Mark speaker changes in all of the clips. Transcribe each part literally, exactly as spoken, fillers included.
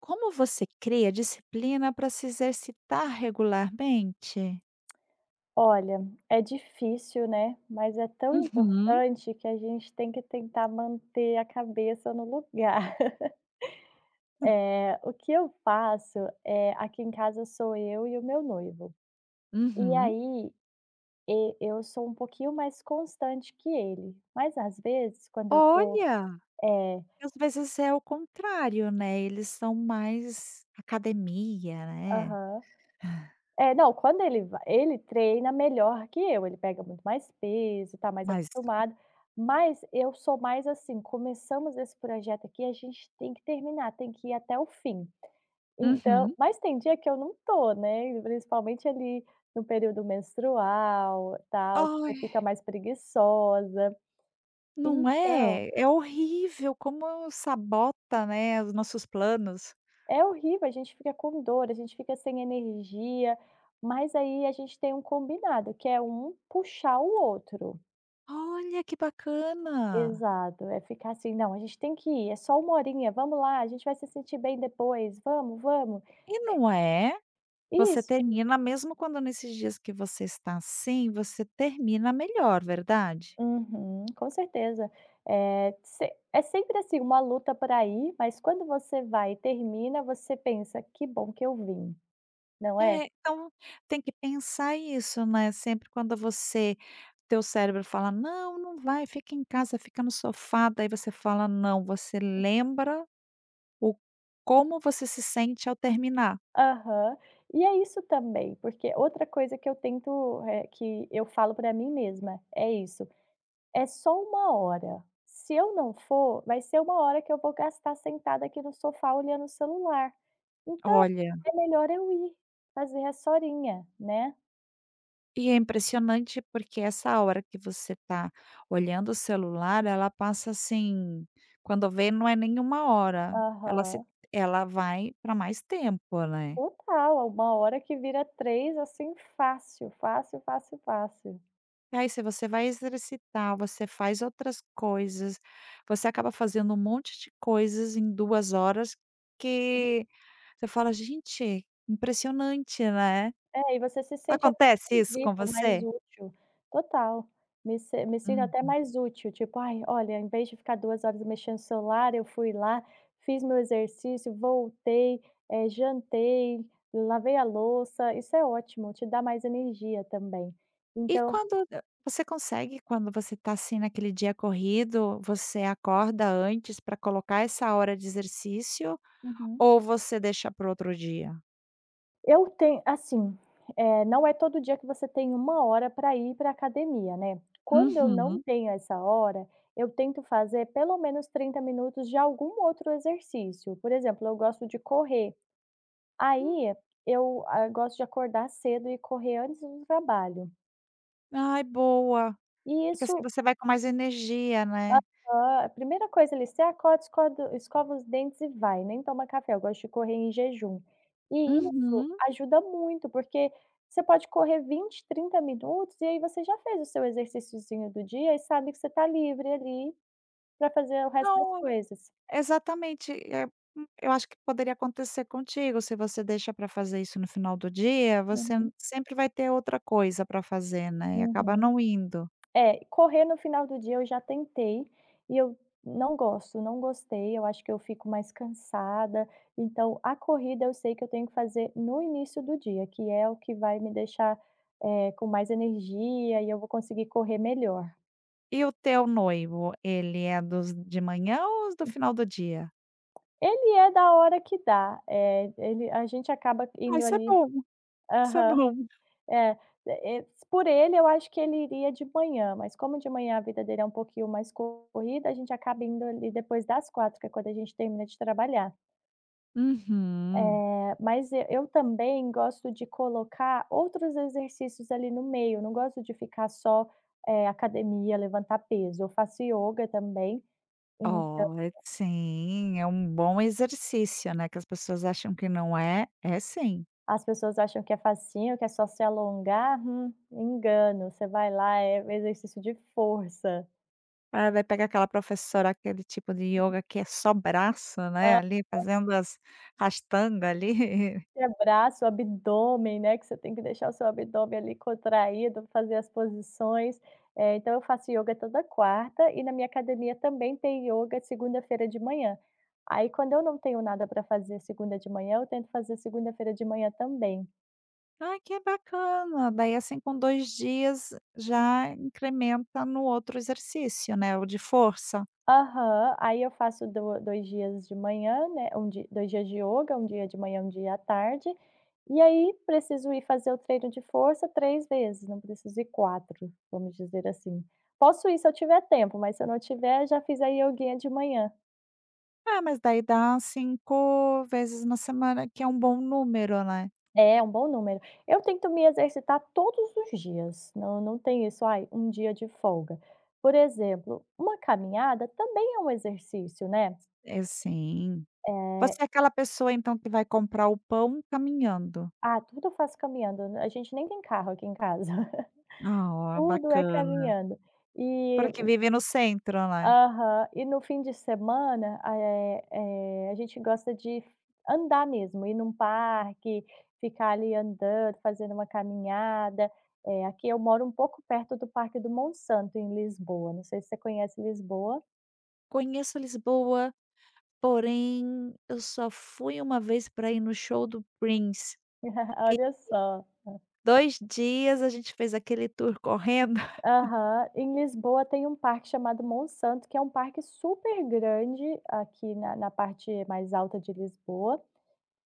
Speaker 1: Como você cria disciplina para se exercitar regularmente?
Speaker 2: Olha, é difícil, né, mas é tão
Speaker 1: Uhum,
Speaker 2: importante que a gente tem que tentar manter a cabeça no lugar. Eh, o que eu faço, é aqui em casa sou eu e o meu noivo. E
Speaker 1: uhum.
Speaker 2: aí, e eu sou um pouquinho mais constante que ele, mas às vezes quando eu tô
Speaker 1: Olha,
Speaker 2: é,
Speaker 1: porque às vezes é o contrário, né, eles são mais academia, né,
Speaker 2: aham. É, não, quando ele vai ele treina melhor que eu, ele pega muito mais peso, tá mais
Speaker 1: mas
Speaker 2: acostumado, mas eu sou mais assim: "Começamos esse projeto aqui, a gente tem que terminar, tem que ir até o fim". Então
Speaker 1: uhum.
Speaker 2: mas tem dia que eu não tô, né, principalmente ali no período menstrual, tal, você
Speaker 1: Ai,
Speaker 2: fica mais preguiçosa.
Speaker 1: não
Speaker 2: Então
Speaker 1: é? É horrível como sabota, né, os nossos planos.
Speaker 2: é horrível, a gente fica com dor, a gente fica sem energia, mas aí a gente tem um combinado, que é um puxar o outro.
Speaker 1: Olha, que bacana.
Speaker 2: Exato, é ficar assim: "Não, a gente tem que ir, é só uma horinha, vamos lá, a gente vai se sentir bem depois, vamos, vamos".
Speaker 1: E não é? Você
Speaker 2: Isso.
Speaker 1: termina mesmo quando nesses dias que você está assim, você termina melhor, verdade?
Speaker 2: Uhum, com certeza. Eh, se é sempre assim, uma luta pra ir, mas quando você vai e termina, você pensa: "Que bom que eu vim", não é?
Speaker 1: É, então tem que pensar isso, né, sempre quando você teu cérebro fala: "Não, não vai, fica em casa, fica no sofá", daí você fala: "Não", você lembra o como você se sente ao terminar.
Speaker 2: Aham. E é isso também, porque outra coisa que eu tento, eh, que eu falo para mim mesma, é isso: "É só uma hora, se eu não for, vai ser uma hora que eu vou gastar sentada aqui no sofá olhando o celular". Então,
Speaker 1: Olha,
Speaker 2: é melhor eu ir fazer a horinha, né.
Speaker 1: e é impressionante porque essa hora que você tá olhando o celular, ela passa, assim, quando vê não é nenhuma hora, ela se
Speaker 2: Aham.
Speaker 1: ela vai para mais tempo, né.
Speaker 2: Total, uma hora que vira três assim, fácil, fácil, fácil, fácil.
Speaker 1: E aí se você vai exercitar, você faz outras coisas, você acaba fazendo um monte de coisas em duas horas que você fala: "Gente, impressionante, né".
Speaker 2: É, e você se sente até
Speaker 1: Acontece
Speaker 2: mais
Speaker 1: isso com
Speaker 2: vivo, mais
Speaker 1: você?
Speaker 2: útil. Total. Me se me sinto
Speaker 1: Hum.
Speaker 2: até mais útil, tipo: "Ai, olha, em vez de ficar duas horas mexendo no celular, eu fui lá, fiz meu exercício, voltei, eh, jantei, lavei a louça", isso é ótimo, te dá mais energia também.
Speaker 1: E
Speaker 2: Então
Speaker 1: quando eh, você consegue, quando você tá, assim, naquele dia corrido, você acorda antes para colocar essa hora de exercício
Speaker 2: uhum.
Speaker 1: ou você deixa para outro dia?
Speaker 2: Eu tenho assim, eh, não é todo dia que você tem uma hora para ir pra academia, né. Quando eu não
Speaker 1: Uhum.
Speaker 2: tenho essa hora, eu tento fazer pelo menos trinta minutos de algum outro exercício. Por exemplo, eu gosto de correr,
Speaker 1: Hum,
Speaker 2: aí eu, ah, gosto de acordar cedo e correr antes do trabalho.
Speaker 1: ai boa,
Speaker 2: E
Speaker 1: porque assim
Speaker 2: isso
Speaker 1: você vai com mais energia, né?
Speaker 2: Hã, a primeira coisa ali, você acorda, escorda escova os dentes e vai, nem toma café, eu gosto de correr em jejum. E isso
Speaker 1: Uhum.
Speaker 2: ajuda muito, porque você pode correr vinte trinta minutos e aí você já fez o seu exercíciozinho do dia e sabe que você está livre ali para fazer o resto das
Speaker 1: Não,
Speaker 2: coisas.
Speaker 1: exatamente, eh, hum, eu acho que poderia acontecer contigo, se você deixa para fazer isso no final do dia, você
Speaker 2: Uhum,
Speaker 1: n- sempre vai ter outra coisa para fazer, né, e acaba
Speaker 2: uhum.
Speaker 1: não indo.
Speaker 2: É, correr no final do dia eu já tentei e eu não gosto, não gostei, eu acho que eu fico mais cansada, então a corrida eu sei que eu tenho que fazer no início do dia, que é o que vai me deixar, eh, com mais energia e eu vou conseguir correr melhor.
Speaker 1: E o teu noivo, ele é dos de manhã ou os do final do dia?
Speaker 2: Ele é da hora que dá, eh, ele a gente acaba
Speaker 1: Ah,
Speaker 2: indo
Speaker 1: isso é
Speaker 2: ali.
Speaker 1: bom, isso é
Speaker 2: Aham.
Speaker 1: bom.
Speaker 2: É, eh, por ele eu acho que ele iria de manhã, mas como de manhã a vida dele é um pouquinho mais corrida, a gente acaba indo ali depois das quatro, que é quando a gente termina de trabalhar.
Speaker 1: Uhum.
Speaker 2: Eh, mas e eu também gosto de colocar outros exercícios ali no meio, não gosto de ficar só, eh, academia, levantar peso. Eu faço yoga também, então
Speaker 1: Ó, é- sim, é um bom exercício, né, que as pessoas acham que não é, é sim.
Speaker 2: as pessoas acham que é facinho, que é só se alongar, hum, engano, você vai lá, é exercício de força.
Speaker 1: Ah, vai pegar aquela professora, aquele tipo de yoga que é só braço, né, ali fazendo as rastanga ali.
Speaker 2: Abraço o abdômen, né, que você tem que deixar o seu abdômen ali contraído, fazer as posições. Eh, então eu faço yoga toda quarta e na minha academia também tem yoga segunda-feira de manhã. Aí quando eu não tenho nada para fazer segunda de manhã, eu tento fazer segunda-feira de manhã também.
Speaker 1: Ai, que bacana! Daí, assim, com dois dias já incrementa no outro exercício, né, o de força.
Speaker 2: Aham, aí eu faço do dois dias de manhã, né, um di dois dias de yoga, um dia de manhã, um dia à tarde, e aí preciso ir fazer o treino de força três vezes, não preciso ir quatro, vamos dizer assim. Posso ir se eu tiver tempo, mas se eu não tiver, já fiz a ioguinha de manhã.
Speaker 1: Ah, mas daí dá cinco vezes na semana, que é um bom número, né.
Speaker 2: É, um bom número. Eu tento me exercitar todos os dias, não não tem isso: "Ai, um dia de folga". Por exemplo, uma caminhada também é um exercício, né.
Speaker 1: É, sim.
Speaker 2: Eh.
Speaker 1: Você é aquela pessoa, então, que vai comprar o pão caminhando?
Speaker 2: Ah, tudo eu faço caminhando, a gente nem tem carro aqui em casa,
Speaker 1: Ah, ó,
Speaker 2: tudo é
Speaker 1: bacana.
Speaker 2: caminhando. E
Speaker 1: Porque vive no centro, né.
Speaker 2: aham, e no fim de semana, eh eh, a gente gosta de andar mesmo, ir num parque, ficar ali andando, fazendo uma caminhada. Eh, aqui eu moro um pouco perto do Parque do Monsanto, em Lisboa, não sei se você conhece Lisboa?
Speaker 1: Conheço Lisboa. Porém, eu só fui uma vez pra ir no show do Prince.
Speaker 2: Olha só.
Speaker 1: Dois dias a gente fez aquele tour correndo.
Speaker 2: Aham. Em Lisboa tem um parque chamado Monsanto, que é um parque super grande aqui na na parte mais alta de Lisboa,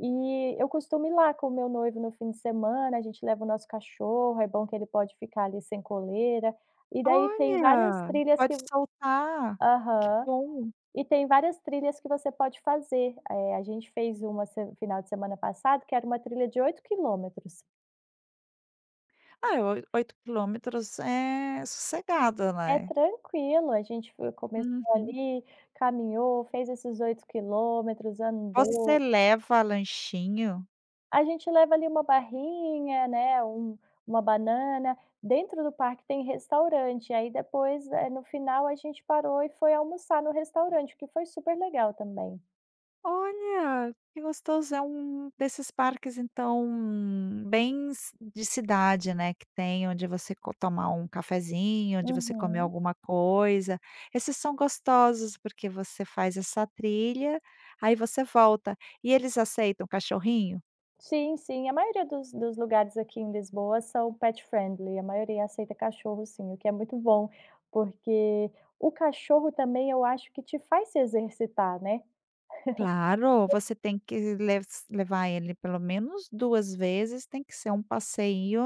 Speaker 2: e eu costumo ir lá com o meu noivo no fim de semana, a gente leva o nosso cachorro, é bom que ele pode ficar ali sem coleira, e daí tem várias
Speaker 1: Olha,
Speaker 2: trilhas
Speaker 1: pode
Speaker 2: que
Speaker 1: soltar. Que
Speaker 2: aham.
Speaker 1: bom.
Speaker 2: E tem várias trilhas que você pode fazer. Eh, a gente fez uma se final de semana passado que era uma trilha de oito quilômetros.
Speaker 1: Ah, é oi oito quilômetros é sossegado,
Speaker 2: É
Speaker 1: né.
Speaker 2: tranquilo, a gente foi começou
Speaker 1: Uhum.
Speaker 2: ali, caminhou, fez esses oito quilômetros,
Speaker 1: Você
Speaker 2: andou.
Speaker 1: leva lanchinho?
Speaker 2: A gente leva ali uma barrinha, né, um uma banana. Dentro do parque tem restaurante, aí depois, eh, no final a gente parou e foi almoçar no restaurante, o que foi super legal também.
Speaker 1: Olha, que gostoso, é um desses parques então, bem ci de cidade, né, que tem onde você co tomar um cafezinho, onde você comer
Speaker 2: Uhum.
Speaker 1: alguma coisa. Esses são gostosos, porque você faz essa trilha, aí você volta. E eles aceitam cachorrinho?
Speaker 2: Sim, sim. A maioria dos dos lugares aqui em Lisboa são pet friendly, a maioria aceita cachorro sim, o que é muito bom, porque o cachorro também eu acho que te faz se exercitar, né.
Speaker 1: Claro, você tem que les levar ele pelo menos duas vezes, tem que ser um passeio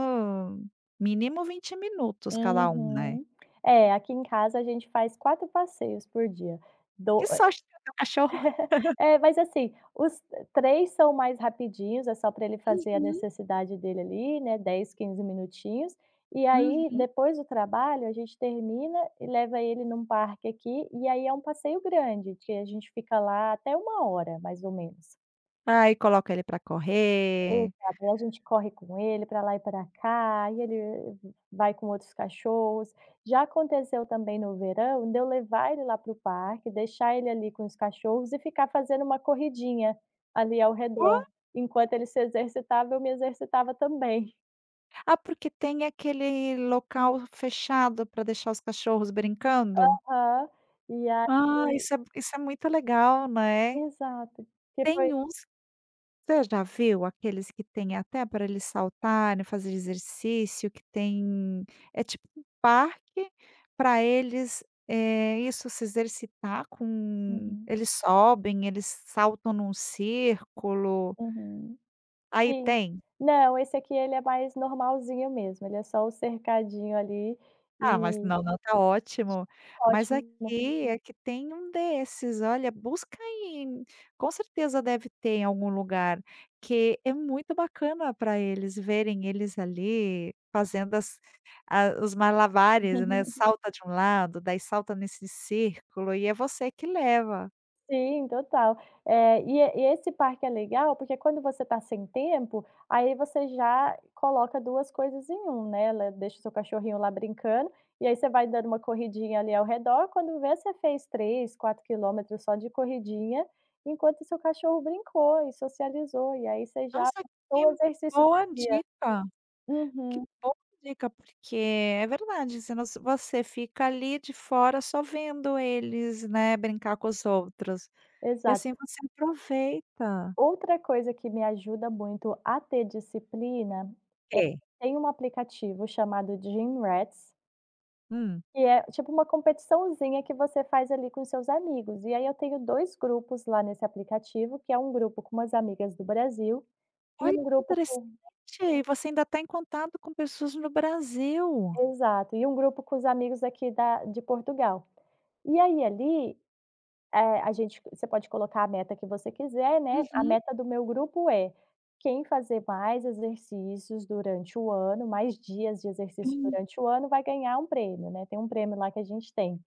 Speaker 1: mínimo vinte minutos cada um, né.
Speaker 2: Uhum. É, aqui em casa a gente faz quatro passeios por dia.
Speaker 1: Que sorte ter o cachorro.
Speaker 2: É, mas assim, os três são mais rapidinhos, é só para ele fazer a
Speaker 1: Uhum,
Speaker 2: necessidade dele ali, né, dez, quinze minutinhos, e aí
Speaker 1: uhum.
Speaker 2: depois do trabalho a gente termina e leva ele num parque aqui, e aí é um passeio grande, que a gente fica lá até uma hora, mais ou menos.
Speaker 1: Aí coloca ele para correr.
Speaker 2: Exato, aí a gente corre com ele para lá e para cá, e ele vai com outros cachorros. Já aconteceu também no verão de eu levar ele lá para o parque, deixar ele ali com os cachorros e ficar fazendo uma corridinha ali ao
Speaker 1: Hã?
Speaker 2: redor. Enquanto ele se exercitava, eu me exercitava também.
Speaker 1: Ah, porque tem aquele local fechado para deixar os cachorros brincando.
Speaker 2: Aham. E
Speaker 1: Ah,
Speaker 2: aí
Speaker 1: isso é isso é muito legal, né.
Speaker 2: exato, que foi
Speaker 1: Tem uns, você já viu aqueles que tem até para eles saltarem, fazer exercício, que tem é tipo um parque para eles, eh, isso, se exercitar com
Speaker 2: uhum,
Speaker 1: eles sobem, eles saltam num círculo.
Speaker 2: uhum.
Speaker 1: Aí
Speaker 2: Sim.
Speaker 1: tem?
Speaker 2: Não, esse aqui ele é mais normalzinho mesmo, ele é só o cercadinho ali
Speaker 1: Ah, mas
Speaker 2: e
Speaker 1: não, não, tá ótimo. Mas
Speaker 2: ótimo.
Speaker 1: aqui é que tem um desses, olha, busca aí, com certeza deve ter em algum lugar, que é muito bacana para eles verem eles ali fazendo as a os malabares, né, salta de um lado, daí salta nesse círculo e é você que leva.
Speaker 2: Sim, total. Eh, e é, e esse parque é legal, porque quando você está sem tempo, aí você já coloca duas coisas em um, né, le deixa o seu cachorrinho lá brincando, e aí você vai dando uma corridinha ali ao redor, quando vê você fez três, quatro quilômetros só de corridinha, enquanto seu cachorro brincou e socializou, e aí você já
Speaker 1: Nossa, que
Speaker 2: o exercício
Speaker 1: boa
Speaker 2: do dia.
Speaker 1: dica. Que
Speaker 2: Uhum,
Speaker 1: boa dica, porque é verdade, senão se você fica ali de fora só vendo eles, né, brincar com os outros. E
Speaker 2: exato.
Speaker 1: assim você aproveita.
Speaker 2: Outra coisa que me ajuda muito a ter disciplina,
Speaker 1: É.
Speaker 2: tem um aplicativo chamado Gym.
Speaker 1: Hum.
Speaker 2: E é tipo uma competiçãozinha que você faz ali com seus amigos. E aí eu tenho dois grupos lá nesse aplicativo, que é um grupo com umas amigas do Brasil e
Speaker 1: Olha
Speaker 2: um
Speaker 1: que
Speaker 2: grupo
Speaker 1: interessante,
Speaker 2: com
Speaker 1: e você ainda está em contato com pessoas no Brasil.
Speaker 2: exato, e um grupo com os amigos aqui da de Portugal. E aí ali, eh, a gente você pode colocar a meta que você quiser, né. A
Speaker 1: Uhum.
Speaker 2: meta do meu grupo é quem fazer mais exercícios durante o ano, mais dias de exercício durante o ano, vai ganhar um prêmio, né. Tem um prêmio lá que a gente tem.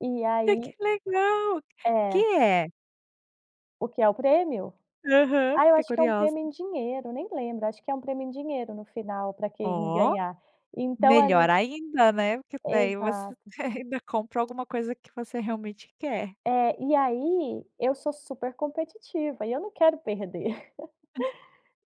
Speaker 2: E
Speaker 1: Ai,
Speaker 2: aí
Speaker 1: que legal. Que
Speaker 2: é.
Speaker 1: é?
Speaker 2: O que é o prêmio?
Speaker 1: Aham,
Speaker 2: Ah, eu
Speaker 1: fiquei
Speaker 2: acho que é um
Speaker 1: curiosa.
Speaker 2: prêmio em dinheiro, nem lembro, acho que é um prêmio em dinheiro no final para quem
Speaker 1: Ó,
Speaker 2: ganhar. Então
Speaker 1: melhor
Speaker 2: ali
Speaker 1: ainda, né, porque daí você
Speaker 2: exato.
Speaker 1: ainda compra alguma coisa que você realmente quer.
Speaker 2: É, e aí eu sou super competitiva e eu não quero perder.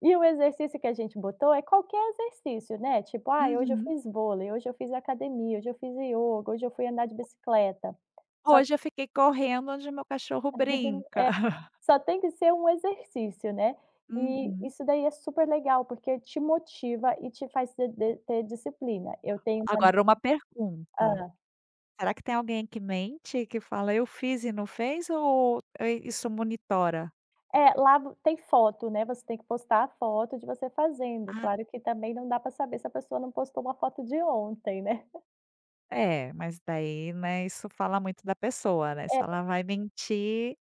Speaker 2: E o exercício que a gente botou é qualquer exercício, né, tipo: ah, hoje eu
Speaker 1: Uhum.
Speaker 2: fiz vôlei, hoje eu fiz academia, hoje eu fiz ioga, hoje eu fui andar de bicicleta". Só
Speaker 1: Hoje eu fiquei correndo onde meu cachorro brinca.
Speaker 2: só tem que ser um exercício, né. E
Speaker 1: Uhum.
Speaker 2: isso daí é super legal, porque te motiva e te faz ter de ter disciplina. Eu tenho uma
Speaker 1: Agora uma pergunta,
Speaker 2: hã.
Speaker 1: será que tem alguém que mente, que fala: "Eu fiz e não fez" ou é, isso monitora?
Speaker 2: É, lá vo tem foto, né, você tem que postar a foto de você fazendo.
Speaker 1: Ah.
Speaker 2: Claro que também não dá para saber se a pessoa não postou uma foto de ontem, né.
Speaker 1: É, mas daí, né, isso fala muito da pessoa, né, se
Speaker 2: É.
Speaker 1: ela vai mentir,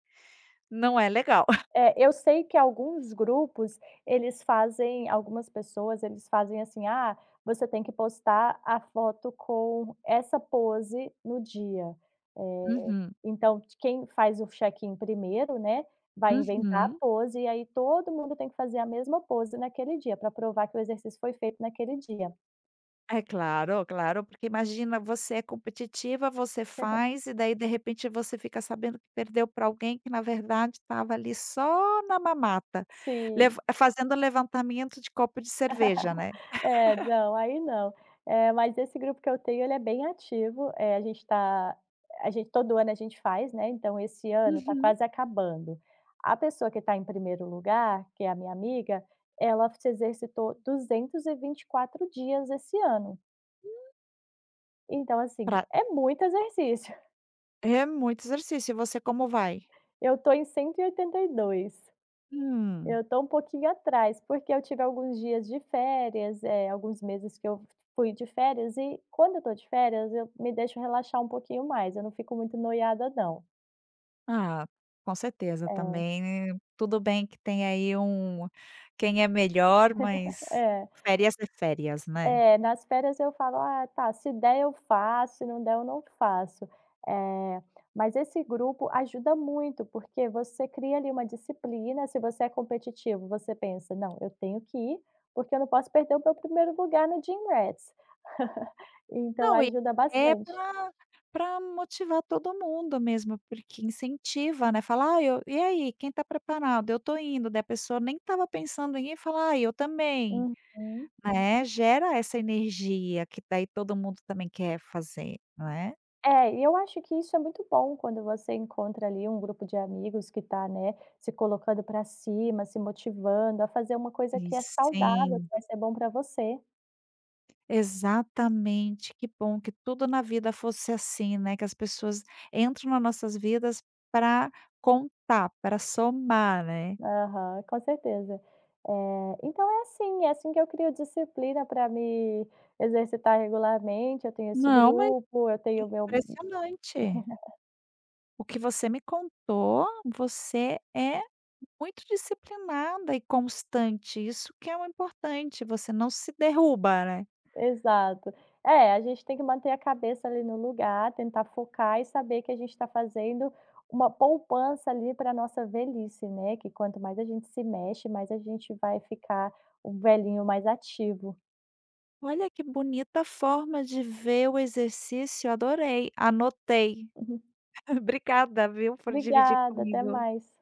Speaker 1: não é legal.
Speaker 2: É, eu sei que alguns grupos, eles fazem algumas pessoas, eles fazem assim: "Ah, você tem que postar a foto com essa pose no dia". Eh,
Speaker 1: Uhum,
Speaker 2: então quem faz o check-in primeiro, né, vai hum. Inventar a
Speaker 1: uhum.
Speaker 2: pose e aí todo mundo tem que fazer a mesma pose naquele dia, para provar que o exercício foi feito naquele dia.
Speaker 1: É claro, claro, porque imagina, você é competitiva, você faz e daí de repente você fica sabendo que perdeu para alguém que na verdade estava ali só na mamata, lev
Speaker 2: Sim.
Speaker 1: eh, fazendo levantamento de copo de cerveja, né.
Speaker 2: É, não, aí não. Eh, mas esse grupo que eu tenho, ele é bem ativo, eh, a gente tá a gente todo ano a gente faz, né, então esse ano está
Speaker 1: Uhum.
Speaker 2: quase acabando. A pessoa que está em primeiro lugar, que é a minha amiga, ela se exercitou duzentos e vinte e quatro dias esse ano. Então assim,
Speaker 1: Pra,
Speaker 2: é muito exercício.
Speaker 1: é muito exercício, e você como vai?
Speaker 2: Eu tô em cento e oitenta e dois.
Speaker 1: "Hum,
Speaker 2: Eu tô um pouquinho atrás, porque eu tive alguns dias de férias, eh, alguns meses que eu fui de férias e quando eu tô de férias eu me deixo relaxar um pouquinho mais, eu não fico muito noiada não.
Speaker 1: ah, com certeza também, tudo bem que tem aí um quem é melhor,
Speaker 2: É,
Speaker 1: mas
Speaker 2: é.
Speaker 1: férias é férias, né".
Speaker 2: É, nas férias eu falo: "Ah, tá, se der eu faço, se não der eu não faço". Eh, mas esse grupo ajuda muito, porque você cria ali uma disciplina, se você é competitivo, você pensa: "Não, eu tenho que ir, porque eu não posso perder o meu primeiro lugar no Gym Rats". Então
Speaker 1: Não, e
Speaker 2: ajuda bastante.
Speaker 1: para motivar todo mundo mesmo, porque incentiva, né, falar "Ai, eu e aí, quem tá preparado? Eu tô indo", daí a pessoa nem estava pensando em ir, e fala: "Ai, eu também",
Speaker 2: Uhum.
Speaker 1: né, gera essa energia que daí todo mundo também quer fazer, né.
Speaker 2: É, e eu acho que isso é muito bom quando você encontra ali um grupo de amigos que está, né, se colocando para cima, se motivando a fazer uma coisa
Speaker 1: E
Speaker 2: que é saudável,
Speaker 1: sim.
Speaker 2: que vai ser bom para você.
Speaker 1: Exatamente, que bom que tudo na vida fosse assim, né, que as pessoas entram nas nossas vidas para contar, para somar, né.
Speaker 2: Aham, com certeza. Eh, então é assim, é assim que eu crio disciplina para me exercitar regularmente, eu tenho esse
Speaker 1: Não, mas
Speaker 2: grupo, eu tenho o meu
Speaker 1: impressionante. O que você me contou, você é muito disciplinada e constante, isso que é o importante, você não se derruba, né.
Speaker 2: exato. É, a gente tem que manter a cabeça ali no lugar, tentar focar e saber que a gente está fazendo uma poupança ali para a nossa velhice, né, que quanto mais a gente se mexe, mais a gente vai ficar um velhinho mais ativo.
Speaker 1: Olha que bonita forma de ver o exercício, adorei, anotei. Obrigada, viu, por dividir
Speaker 2: Obrigada, até
Speaker 1: comigo.
Speaker 2: mais.